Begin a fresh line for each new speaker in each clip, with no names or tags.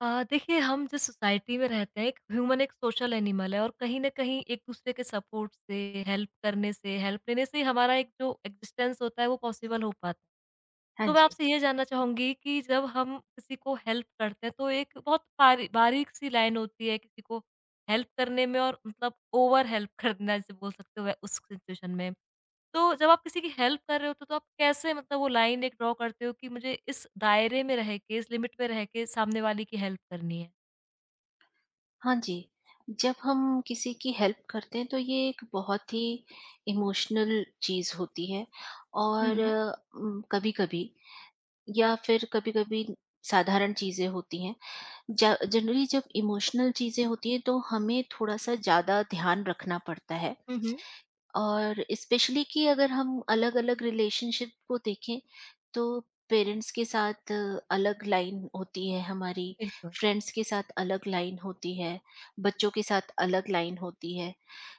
देखिए हम जिस सोसाइटी में रहते हैं एक ह्यूमन एक सोशल एनिमल है और कहीं न कहीं एक-दूसरे के सपोर्ट से, हेल्प करने से, हेल्प लेने से ही हमारा एक जो एक्जिस्टेंस होता है वो पॉसिबल हो पाता है।
हाँ
तो मैं
जी,
आपसे ये जानना चाहूँगी कि जब हम किसी को हेल्प करते हैं तो एक बहुत बारीक-सी लाइन होती है किसी को हेल्प करने में और मतलब ओवर हेल्प करना जिसे बोल सकते हो उस सिचुएशन में। तो जब आप किसी की हेल्प कर रहे होते हो तो आप कैसे मतलब वो लाइन एक ड्रॉ करते हो कि मुझे इस दायरे में रह के, इस लिमिट में रह के सामने वाले की हेल्प करनी है?
हाँ जी। जब हम किसी की हेल्प करते हैं तो ये एक बहुत ही इमोशनल चीज़ होती है,
हुँ,
और
हुँ।
कभी-कभी या फिर कभी-कभी साधारण चीज़ें होती हैं। ज जनरली जब इमोशनल चीज़ें होती हैं तो हमें थोड़ा-सा ज़्यादा ध्यान रखना पड़ता है।
हुँ, हुँ।
और स्पेशली कि अगर हम अलग-अलग रिलेशनशिप को देखें, तो पेरेंट्स के साथ अलग लाइन होती है हमारी,
बिल्कुल।
फ्रेंड्स के साथ अलग लाइन होती है, बच्चों के साथ अलग लाइन होती है।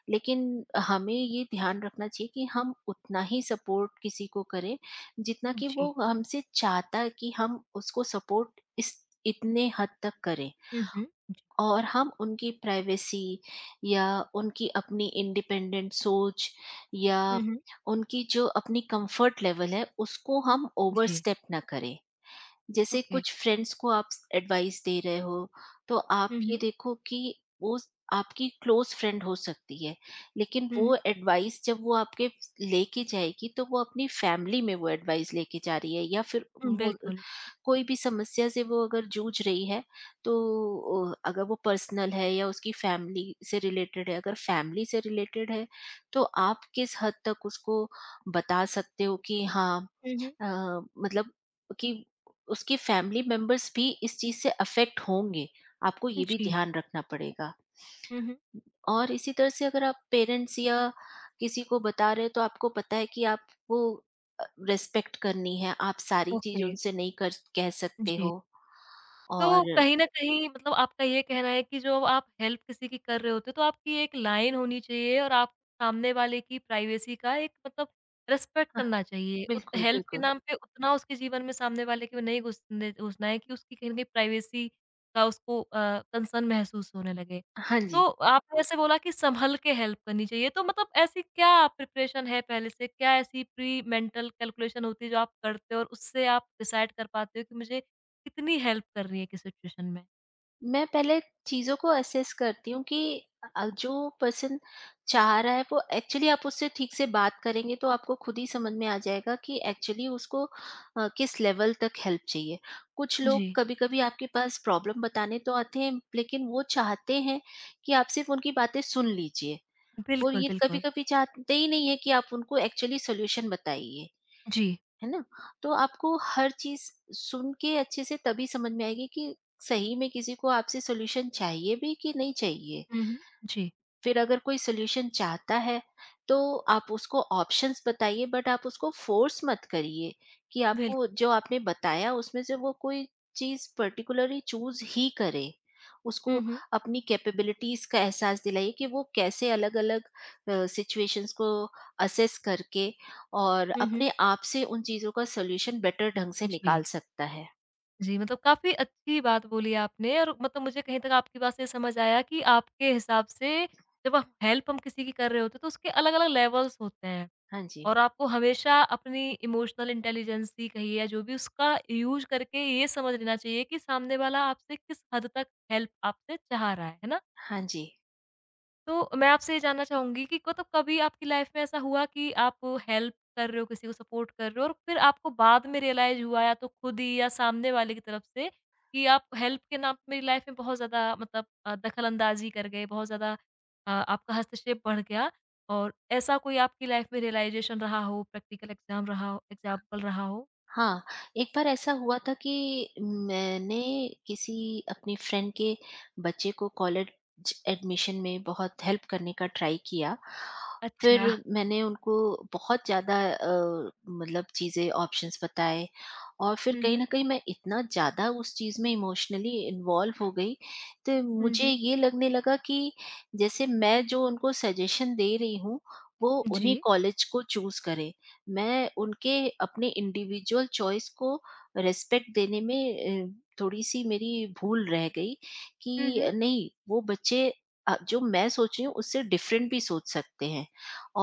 लेकिन हमें ये ध्यान रखना चाहिए कि हम उतना ही सपोर्ट किसी को करें जितना कि
जी।
वो हमसे चाहता है कि हम उसको सपोर्ट इस इतने हद तक करें।
हुँ, हुँ। जी।
और हम उनकी प्राइवेसी या उनकी अपनी इंडिपेंडेंट सोच या
हुँ, हुँ।
उनकी जो अपनी कंफर्ट लेवल है, उसको हम
जी,
ओवरस्टेप ना करें। जैसे,
ओके।
कुछ फ्रेंड्स को आप एडवाइस दे रहे हो, तो आप
हुँ,
ये
हुँ।
देखो कि वो आपकी क्लोज़ फ्रेंड हो सकती है, लेकिन
हुँ, हुँ।
वो एडवाइस जब वो आपके लेके जाएगी तो वो अपनी फैमिली में वो एडवाइस लेके जा रही है, या फिर
हुँ,
वो
बिल्कुल।
कोई भी समस्या से वो अगर जूझ रही है, तो अगर वो पर्सनल है या उसकी फैमिली से रिलेटेड है, अगर फैमिली से रिलेटेड है तो आप किस हद तक उसको बता सकते हो कि हाँ,
हुँ, हुँ।
अ, मतलब कि उसकी फैमिली मेंबर्स भी इस चीज से अफेक्ट होंगे, आपको ये भी
जी।
ध्यान रखना पड़ेगा।
हुँ, हुँ।
और इसी तरह से, अगर आप पेरेंट्स या किसी को बता रहे हैं तो आपको पता है कि आपको रिस्पेक्ट करनी है, आप सारी चीज़
ओके,
उनसे नहीं कर कह सकते
जी।
हो।
तो
और
कहीं न कहीं मतलब आपका ये कहना है कि जो आप हेल्प किसी की कर रहे होते हो, तो आपकी एक लाइन होनी चाहिए और आप सामने वाले की प्राइवेसी का एक मतलब रिस्पेक्ट
हाँ,
करना चाहिए। उत
बिल्कुल,
हेल्प के
बिल्कुल।
नाम पे उतना उसके जीवन में सामने वाले को नहीं घुसने घुसना है कि उसकी कहीं न कहीं प्राइवेसी का उसको कंसर्न महसूस होने लगे।
हाँ
तो
जी।
आपने ऐसे बोला कि सँभल के हेल्प करनी चाहिए, तो मतलब ऐसी क्या प्रिपरेशन है पहले से? क्या ऐसी प्री मेंटल कैलकुलेशन होती है जो आप करते हो और उससे आप डिसाइड कर पाते हो कि मुझे कितनी हेल्प कर रही है किस सिचुएशन में।
मैं पहले चीज़ों को असेस करती हूँ कि जो पर्सन चाह रहा है वो एक्चुअली, आप उससे ठीक से बात करेंगे तो आपको खुद ही समझ में आ जाएगा कि एक्चुअली उसको किस लेवल तक हेल्प चाहिए। कुछ लोग
जी।
कभी-कभी आपके पास प्रॉब्लम बताने तो आते हैं, लेकिन वो चाहते हैं कि आप सिर्फ उनकी बातें सुन लीजिए। वो
बिल्कुल,
ये
बिल्कुल।
कभी-कभी चाहते ही नहीं है कि आप उनको एक्चुअली सॉल्यूशन बताइए।
जी।
है ना? तो आपको हर चीज़ सुन के अच्छे से तभी समझ में आएगी कि सही में किसी को आपसे सॉल्यूशन चाहिए भी कि नहीं चाहिए।
हुँ, हुँ। जी।
फिर अगर कोई सॉल्यूशन चाहता है, तो आप उसको ऑप्शंस बताइए, बट आप उसको फोर्स मत करिए कि आपको
बिल्कुल।
जो आपने बताया उसमें से वो कोई चीज पर्टिकुलरली चूज ही करे। उसको
हुँ, हुँ।
अपनी कैपेबिलिटीज का एहसास दिलाइए कि वो कैसे अलग अलग सिचुएशंस को असेस करके और
हुँ, हुँ।
अपने आप से उन चीजों का सॉल्यूशन बेटर ढंग से
जी।
निकाल सकता है।
जी, मतलब काफ़ी अच्छी बात बोली आपने और मतलब मुझे कहीं तक आपकी बात से समझ आया कि आपके हिसाब से जब हम हेल्प हम किसी की कर रहे होते हैं तो उसके अलग-अलग लेवल्स होते हैं
हाँ जी।
और आपको हमेशा अपनी इमोशनल इंटेलिजेंस ही कहिए या जो भी उसका यूज़ करके ये समझ लेना चाहिए कि सामने वाला आपसे किस हद तक हेल्प आपसे चाह रहा है ना?
हाँ जी।
तो मैं आपसे ये जानना चाहूँगी कि मतलब कभी आपकी लाइफ में ऐसा हुआ कि आप हेल्प कर रहे हो, किसी को सपोर्ट कर रहे हो और फिर आपको बाद में रियलाइज़ हुआ या तो खुद ही या सामने वाले की तरफ से कि आप हेल्प के नाम पे मेरी लाइफ में बहुत ज़्यादा मतलब दखल-अंदाज़ी कर गए, बहुत ज़्यादा आपका हस्तक्षेप बढ़ गया और ऐसा कोई आपकी लाइफ में रियलाइज़ेशन रहा हो, प्रैक्टिकल एग्ज़ाम्पल रहा हो?
हाँ, एक बार ऐसा हुआ था कि मैंने किसी अपनी फ्रेंड के बच्चे को कॉलेज एडमिशन में बहुत हेल्प करने का ट्राई किया।
अच्छा।
फिर मैंने उनको बहुत ज़्यादा मतलब चीज़ें, ऑप्शंस बताए, और फिर
हुँ,
कहीं
हुँ।
न कहीं मैं इतना ज़्यादा उस चीज़ में इमोशनली इन्वॉल्व हो गई, तो
हुँ,
मुझे
हुँ।
ये लगने लगा कि जैसे मैं जो उनको सजेशन दे रही हूँ, वो उन्हीं
जी।
कॉलेज को चूज़ करें। मैं उनके अपने इंडिविजुअल चॉइस को रिस्पेक्ट देने में थोड़ी-सी मेरी भूल रह गई
हुँ, हुँ।
कि नहीं, वो बच्चे जो मैं सोच रही हूँ उससे डिफरेंट भी सोच सकते हैं,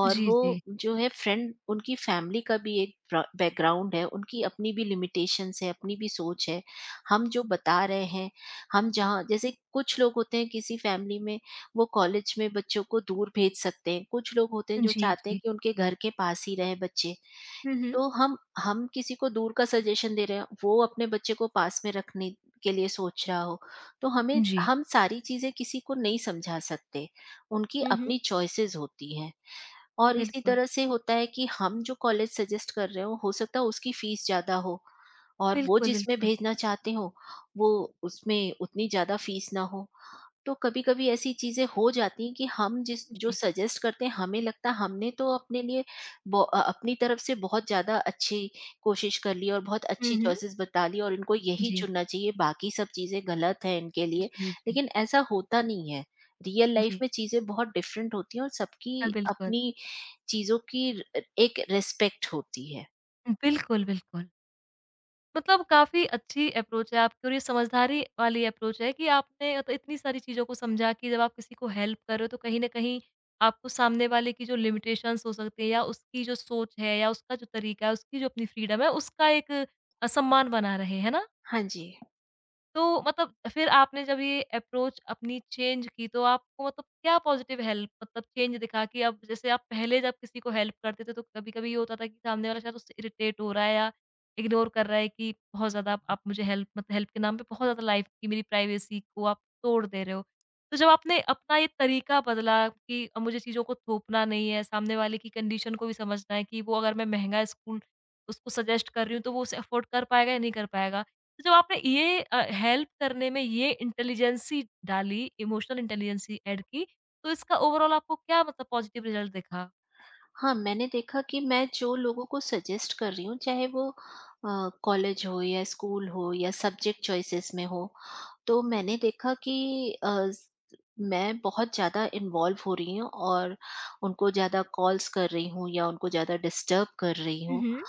और
जी,
वो
जी।
जो है फ्रेंड, उनकी फैमिली का भी एक ब्रा बैकग्राउंड है, उनकी अपनी भी लिमिटेशंस है, अपनी भी सोच है। हम जो बता रहे हैं, हम जहाँ, जैसे कुछ लोग होते हैं किसी फैमिली में, वो कॉलेज में बच्चों को दूर भेज सकते हैं, कुछ लोग होते हैं जो
जी,
चाहते हैं
जी।
कि उनके घर के पास ही रहे बच्चे।
हुँ, हुँ।
तो हम किसी को दूर का सजेशन दे रहे हैं, वो अपने बच्चे को पास में रखने के लिए सोच रहा हो, तो हमें,
जी।
हम सारी चीज़ें किसी को नहीं समझा सकते। उनकी
हुँ, हुँ।
अपनी चॉइसेस होती हैं। और इसी
बिल्कुल।
तरह से होता है कि हम जो कॉलेज सजेस्ट कर रहे हो सकता है उसकी फीस ज़्यादा हो, और वो
बिल्कुल,
जिसमें
बिल्कुल।
भेजना चाहते हो, वो उसमें उतनी ज़्यादा फीस ना हो। तो कभी-कभी ऐसी चीज़ें हो जाती हैं कि हम जिस जो
जी।
सजेस्ट करते हैं, हमें लगता है हमने तो अपने लिए अपनी तरफ से बहुत ज़्यादा अच्छी कोशिश कर ली और बहुत
हुँ,
अच्छी
हुँ।
चॉइसेस बता ली, और इनको यही
जी,
चुनना चाहिए, बाकी सब चीज़ें गलत हैं इनके लिए।
जी, जी,
लेकिन ऐसा होता नहीं है। रियल लाइफ
जी।
में चीज़ें बहुत डिफरेंट होती हैं, और सबकी
अ, बिल्कुल।
अपनी चीज़ों की र एक रिस्पेक्ट होती है।
बिल्कुल, बिल्कुल। मतलब काफ़ी अच्छी अप्रोच है आपकी और ये समझदारी वाली अप्रोच है कि आपने तो इतनी सारी चीज़ों को समझा कि जब आप किसी को हेल्प कर रहे हो तो कहीं न कहीं आपको सामने वाले की जो लिमिटेशंस हो सकती है या उसकी जो सोच है या उसका जो तरीका है, उसकी जो अपनी फ्रीडम है, उसका एक सम्मान बना रहे, है ना?
हाँ जी।
तो मतलब फिर आपने जब ये अप्रोच अपनी चेंज की तो आपको मतलब क्या पॉज़िटिव हेल्प मतलब चेंज दिखा कि अब जैसे आप पहले जब किसी को हेल्प करते थे तो कभी-कभी ये होता था कि सामने वाला शायद उससे इरिटेट हो रहा है या इग्नोर कर रहा है कि बहुत ज़्यादा आप मुझे हेल्प मतलब हेल्प के नाम पे बहुत ज़्यादा लाइफ़ की मेरी प्राइवेसी को आप तोड़ दे रहे हो। तो जब आपने अपना ये तरीका बदला कि अब मुझे चीज़ों को थोपना नहीं है, सामने वाले की कंडीशन को भी समझना है कि वो अगर मैं महँगा स्कूल उसको सजेस्ट कर रही हूँ तो वो उसे अफ़ोर्ड कर पाएगा या नहीं कर पाएगा। तो जब आपने ये हेल्प करने में ये इंटेलिजेंसी डाली, इमोशनल इंटेलिजेंसी ऐड की, तो इसका ओवरऑल आपको क्या मतलब पॉज़िटिव रिज़ल्ट दिखा?
हाँ, मैंने देखा कि मैं जो लोगों को सजेस्ट कर रही हूँ, चाहे वो कॉलेज हो या स्कूल हो या सब्जेक्ट चॉइसेस में हो, तो मैंने देखा कि अ, स मैं बहुत ज़्यादा इन्वॉल्व हो रही हूँ, और उनको ज़्यादा कॉल्स कर रही हूँ या उनको ज़्यादा डिस्टर्ब कर रही
हुँ,
हूँ।
हुँ।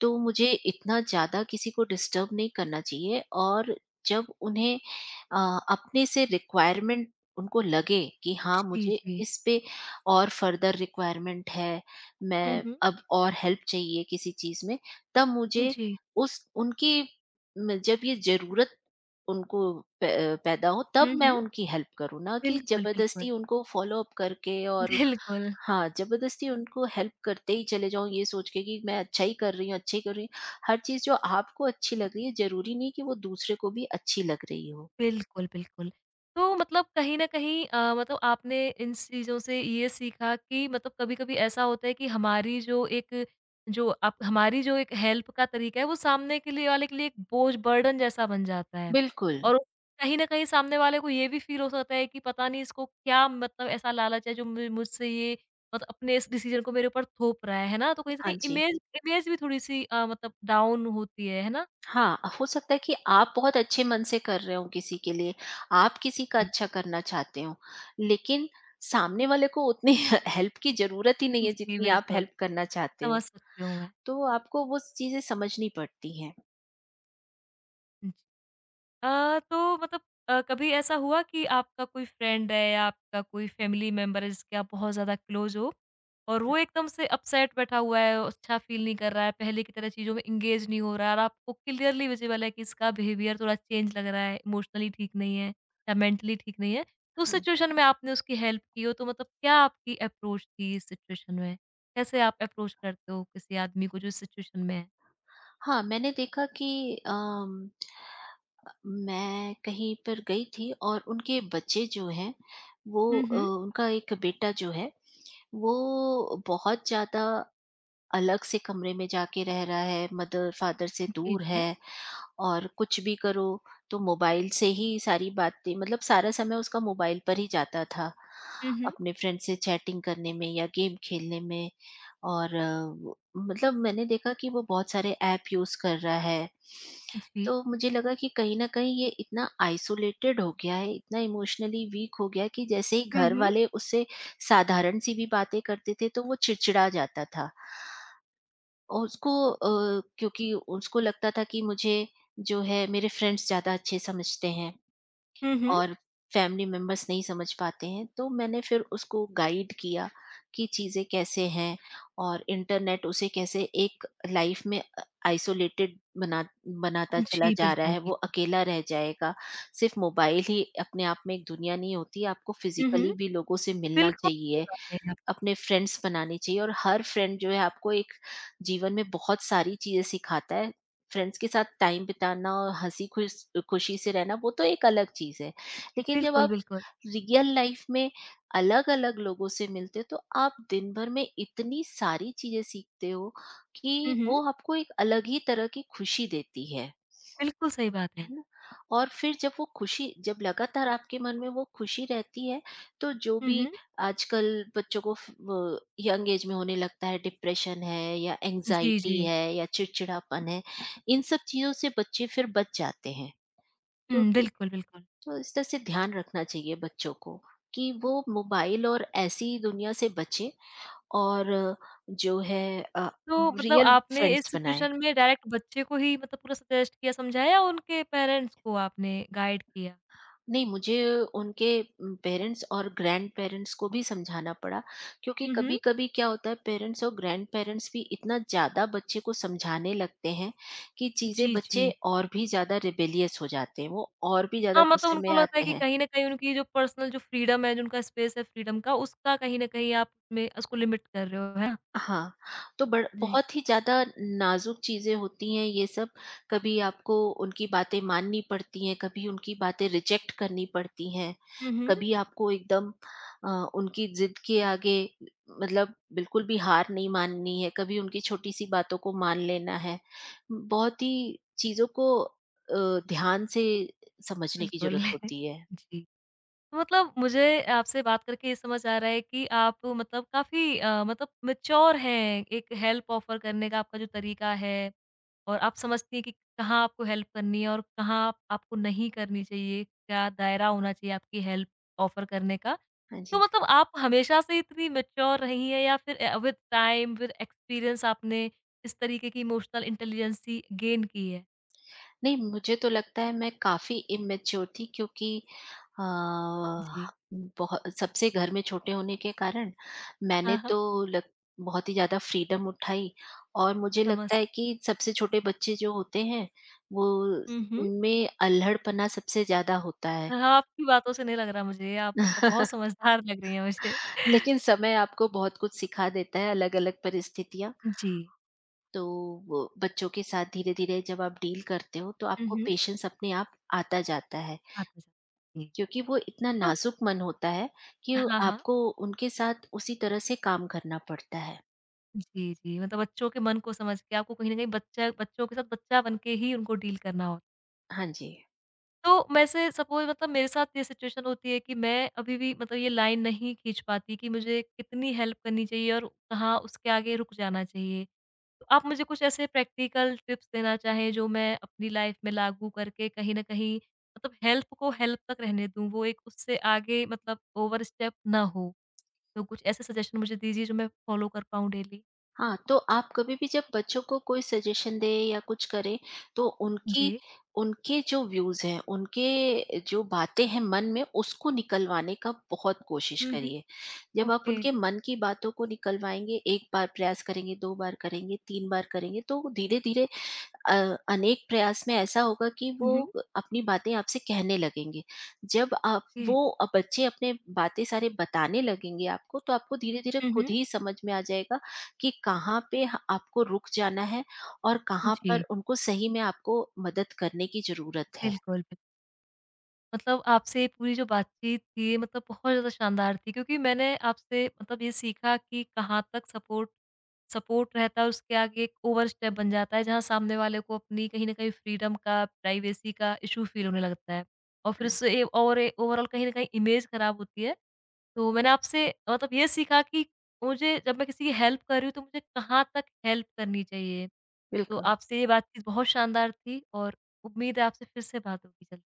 तो मुझे इतना ज़्यादा किसी को डिस्टर्ब नहीं करना चाहिए, और जब उन्हें अपने से रिक्वायरमेंट, उनको लगे कि हाँ
जी,
मुझे
जी।
इस पे और फर्दर रिक्वायरमेंट है,
हुँ,
मैं
हुँ।
अब और हेल्प चाहिए किसी चीज़ में, तब मुझे
जी।
उस उनकी म जब ये ज़रूरत उनको पै पैदा हो, तब
हुँ,
मैं
हुँ।
उनकी हेल्प करूँ, ना कि
बिल्कुल, बिल्कुल।
ज़बरदस्ती उनको फ़ॉलो अप करके। और
बिल्कुल।
हाँ, ज़बरदस्ती उनको हेल्प करते ही चले जाऊँ ये सोच के कि मैं अच्छा ही कर रही हूँ, अच्छा ही कर रही हूँ। हर चीज़ जो आपको अच्छी लग रही है, ज़रूरी नहीं कि वो दूसरे को भी अच्छी लग रही हो।
बिल्कुल, बिल्कुल। तो मतलब कहीं न कहीं मतलब आपने इन चीज़ों से ये सीखा कि मतलब कभी-कभी ऐसा होता है कि हमारी जो एक जो आप हमारी जो एक हेल्प का तरीका है, वो सामने के लिए वाले के लिए एक बोझ बर्डन जैसा बन जाता है।
बिल्कुल।
और कहीं न कहीं सामने वाले को ये भी फ़ील हो सकता है कि पता नहीं इसको क्या मतलब ऐसा लालच है जो मु मुझसे ये मतलब अपने इस डिसीज़न को मेरे ऊपर थोप रहा है ना? तो कहीं से
हाँ
कहीं
जी।
इमेज इमेज भी थोड़ी-सी मतलब डाउन होती है ना?
हाँ, हो सकता है कि आप बहुत अच्छे मन से कर रहे हो किसी के लिए, आप किसी का
जी।
अच्छा करना चाहते हो, लेकिन सामने वाले को उतनी हेल्प की ज़रूरत ही नहीं है
जी,
जितनी आप
बिल्कुल।
हेल्प करना चाहते हो।
समझ सकती हूँ मैं।
तो आपको वो चीज़ें समझनी पड़ती हैं।
तो मतलब कभी ऐसा हुआ कि आपका कोई फ्रेंड है या आपका कोई फैमिली मेंबर है जिसके आप बहुत ज़्यादा क्लोज हो और वो एकदम से अपसेट बैठा हुआ है, अच्छा फील नहीं कर रहा है, पहले की तरह चीज़ों में एंगेज नहीं हो रहा है और आपको क्लियरली विजिबल है कि इसका बिहेवियर थोड़ा चेंज लग रहा है, इमोशनली ठीक नहीं है या मेंटली ठीक नहीं है, तो उस
हाँ।
सिचुएशन में आपने उसकी हेल्प की हो, तो मतलब क्या आपकी अप्रोच थी इस सिचुएशन में? कैसे आप अप्रोच करते हो किसी आदमी को जो इस सिचुएशन में है?
हाँ, मैंने देखा कि अम, मैं कहीं पर गई थी और उनके बच्चे जो हैं, वो
हुँ, हुँ।
उनका एक बेटा जो है, वो बहुत ज़्यादा अलग से कमरे में जाके रह रहा है, मदर फादर से
जी,
दूर
जी।
है, और कुछ भी करो तो मोबाइल से ही सारी बातें, मतलब सारा समय उसका मोबाइल पर ही जाता था।
हुँ, हुँ।
अपने फ्रेंड से चैटिंग करने में या गेम खेलने में। और मतलब मैंने देखा कि वो बहुत सारे ऐप यूज़ कर रहा है।
जी।
तो मुझे लगा कि कहीं न कहीं ये इतना आइसोलेटेड हो गया है, इतना इमोशनली वीक हो गया है कि जैसे ही
हुँ,
घर
हुँ।
वाले उससे साधारण-सी भी बातें करते थे, तो वो चिड़चिड़ा जाता था। और उसको, क्योंकि उसको लगता था कि मुझे जो है मेरे फ्रेंड्स ज़्यादा अच्छे समझते हैं,
हुँ, हुँ।
और फैमिली मेंबर्स नहीं समझ पाते हैं, तो मैंने फिर उसको गाइड किया कि चीज़ें कैसे हैं, और इंटरनेट उसे कैसे एक लाइफ में आइसोलेटेड बनाता चला
जी,
जा रहा
बिल्कुल,
है, वो
बिल्कुल।
अकेला रह जाएगा। सिर्फ मोबाइल ही अपने आप में एक दुनिया नहीं होती, आपको
हुँ, हुँ।
फिजिकली भी लोगों से मिलना
बिल्कुल सही
चाहिए,
बात कही आपने।
अपने फ्रेंड्स बनाने चाहिए, और हर फ्रेंड जो है आपको एक जीवन में बहुत सारी चीज़ें सिखाता है। फ्रेंड्स के साथ टाइम बिताना और हँसी खुशी से रहना वो तो एक अलग चीज़ है। लेकिन जब
बिल्कुल,
आप
बिल्कुल।
रियल लाइफ़ में अलग-अलग लोगों से मिलते हो, तो आप दिन भर में इतनी सारी चीज़ें सीखते हो
हुँ,
कि
हुँ।
वो आपको एक अलग ही तरह की खुशी देती है।
बिल्कुल सही बात
है
है।
ना? और फिर जब वो खुशी, जब लगातार आपके मन में वो खुशी रहती है, तो जो
हुँ,
भी
हुँ।
आजकल बच्चों को यंग एज में होने लगता है, डिप्रेशन है या
जी, जी।
एंजाइटी है या चिड़चिड़ापन है, इन सब चीजों से बच्चे फिर बच जाते हैं,
हुँ,
क्योंकि
बिल्कुल, बिल्कुल।
तो इस तरह से ध्यान रखना चाहिए बच्चों को कि वो मोबाइल और ऐसी दुनिया से बचे, और जो है
तो मतलब
रियल
आपने इस
फ्रेंड्स बनाए।
सिचुएशन में डायरेक्ट बच्चे को ही मतलब पूरा सजेस्ट किया, समझाया या उनके पेरेंट्स को आपने गाइड किया?
नहीं, मुझे उनके पेरेंट्स और ग्रैंड पेरेंट्स को भी समझाना पड़ा, क्योंकि
हुँ, हुँ।
कभी-कभी क्या होता है, पेरेंट्स और ग्रैंड पेरेंट्स भी इतना ज़्यादा बच्चे को समझाने लगते हैं कि चीज़ें,
जी,
बच्चे
जी।
और भी ज़्यादा रिबेलियस हो जाते हैं, वो और भी ज़्यादा
हाँ, मतलब
गुस्से
उनको
में
लगता है
आते
कि
हैं।
कहीं न कहीं उनकी जो पर्सनल जो फ्रीडम है, जो उनका स्पेस है फ्रीडम का, उसका कहीं न कहीं आप में उसको लिमिट कर रहे हो, है ना?
हाँ, तो बड़
जी।
बहुत ही ज़्यादा नाज़ुक चीज़ें होती हैं ये सब। कभी आपको उनकी बातें माननी पड़ती हैं, कभी उनकी बातें रिजेक्ट करनी पड़ती हैं,
हुँ, हुँ।
कभी आपको एकदम अ, उनकी ज़िद के आगे मतलब बिल्कुल भी हार नहीं माननी है, कभी उनकी छोटी-सी बातों को मान लेना है। बहुत ही चीज़ों को ध्यान से समझने की
बिल्कुल।
ज़रूरत होती है।
जी। मतलब मुझे आपसे बात करके ये समझ आ रहा है कि आप मतलब काफ़ी मतलब मैच्योर हैं, एक हेल्प ऑफ़र करने का आपका जो तरीका है और आप समझती हैं कि कहाँ आपको हेल्प करनी है और कहाँ आपको नहीं करनी चाहिए, क्या दायरा होना चाहिए आपकी हेल्प ऑफ़र करने का।
हाँ
तो
जी।
मतलब आप हमेशा से इतनी मैच्योर रही हैं या फिर विद टाइम, विद एक्सपीरियंस आपने इस तरीके की इमोशनल इंटेलिजेंसी गेन की है?
नहीं, मुझे तो लगता है मैं काफ़ी इमैच्योर थी, क्योंकि अ,
जी।
बहु सबसे घर में छोटे होने के कारण
हाँ,
मैंने
हाँ,
तो लग बहुत ही ज़्यादा फ्रीडम उठाई, और मुझे लगता
समझ
है कि सबसे छोटे बच्चे जो होते हैं, वो
हुँ, हुँ।
उनमें अल्हड़पना सबसे ज़्यादा होता है।
हाँ, आपकी बातों से नहीं लग रहा मुझे, आप मतलब बहुत समझदार लग रही हैं मुझे।
लेकिन समय आपको बहुत कुछ सिखा देता है, अलग-अलग परिस्थितियाँ।
जी।
तो वो बच्चों के साथ धीरे-धीरे जब आप डील करते हो, तो
हुँ,
आपको
हुँ।
पेशेंस अपने आप आता जाता है।
आता जा जी।
क्योंकि वो इतना
तो
नाजुक मन होता है कि
हाँ, हाँ।
आपको उनके साथ उसी तरह से काम करना पड़ता है।
जी, जी, मतलब बच्चों के मन को समझ के आपको कहीं न कहीं बच्चा बच्चों के साथ बच्चा बन के ही उनको डील करना होता है।
हाँ जी।
तो वैसे सपोज़ मतलब मेरे साथ ये सिचुएशन होती है कि मैं अभी भी मतलब ये लाइन नहीं खींच पाती कि मुझे कितनी हेल्प करनी चाहिए और कहाँ उसके आगे रुक जाना चाहिए। तो आप मुझे कुछ ऐसे प्रैक्टिकल टिप्स देना चाहें जो मैं अपनी लाइफ में लागू करके कहीं न कहीं मतलब हेल्प को हेल्प तक रहने दूँ, वो एक उससे आगे मतलब ओवर स्टेप ना हो। तो कुछ ऐसे सजेशन मुझे दीजिए जो मैं फॉलो कर पाऊँ डेली?
हाँ, तो आप कभी भी जब बच्चों को कोई सजेशन दें या कुछ करें तो उनकी
जी।
उनके जो व्यूज़ हैं, उनके जो बातें हैं मन में, उसको निकलवाने का बहुत कोशिश
हुँ, हुँ।
करिए। जब आप
ओके।
उनके मन की बातों को निकलवाएँगे, 1 बार प्रयास करेंगे, 2 बार करेंगे, 3 बार करेंगे, तो धीरे-धीरे अनेक प्रयास में ऐसा होगा कि
हुँ,
वो
हुँ।
अपनी बातें आपसे कहने लगेंगे। जब आप,
ओके।
वो बच्चे अपने बातें सारे बताने लगेंगे आपको, तो आपको धीरे-धीरे
हुँ,
खुद
हुँ।
ही समझ में आ जाएगा कि कहाँ पे ह आपको रुक जाना है और कहाँ पर
जी,
उनको सही में आपको मदद करने की ज़रूरत है।
बिल्कुल, बिल्कुल। मतलब आपसे पूरी जो बातचीत थी मतलब बहुत ज़्यादा शानदार थी क्योंकि मैंने आपसे मतलब ये सीखा कि कहाँ तक सपोर्ट सपोर्ट रहता है उसके आगे एक ओवर स्टेप बन जाता है जहाँ सामने वाले को अपनी कहीं न कहीं फ्रीडम का, प्राइवेसी का इश्यू फ़ील होने लगता है और फिर
है,
उससे ए और ए ओवरऑल कहीं न कहीं इमेज ख़राब होती है। तो मैंने आपसे मतलब ये सीखा कि मुझे जब मैं किसी की हेल्प कर रही हूँ तो मुझे कहाँ तक हेल्प करनी चाहिए। तो
बिल्कुल।
आपसे ये बातचीत बहुत शानदार थी और उम्मीद है आपसे फिर से बात होगी जल्द।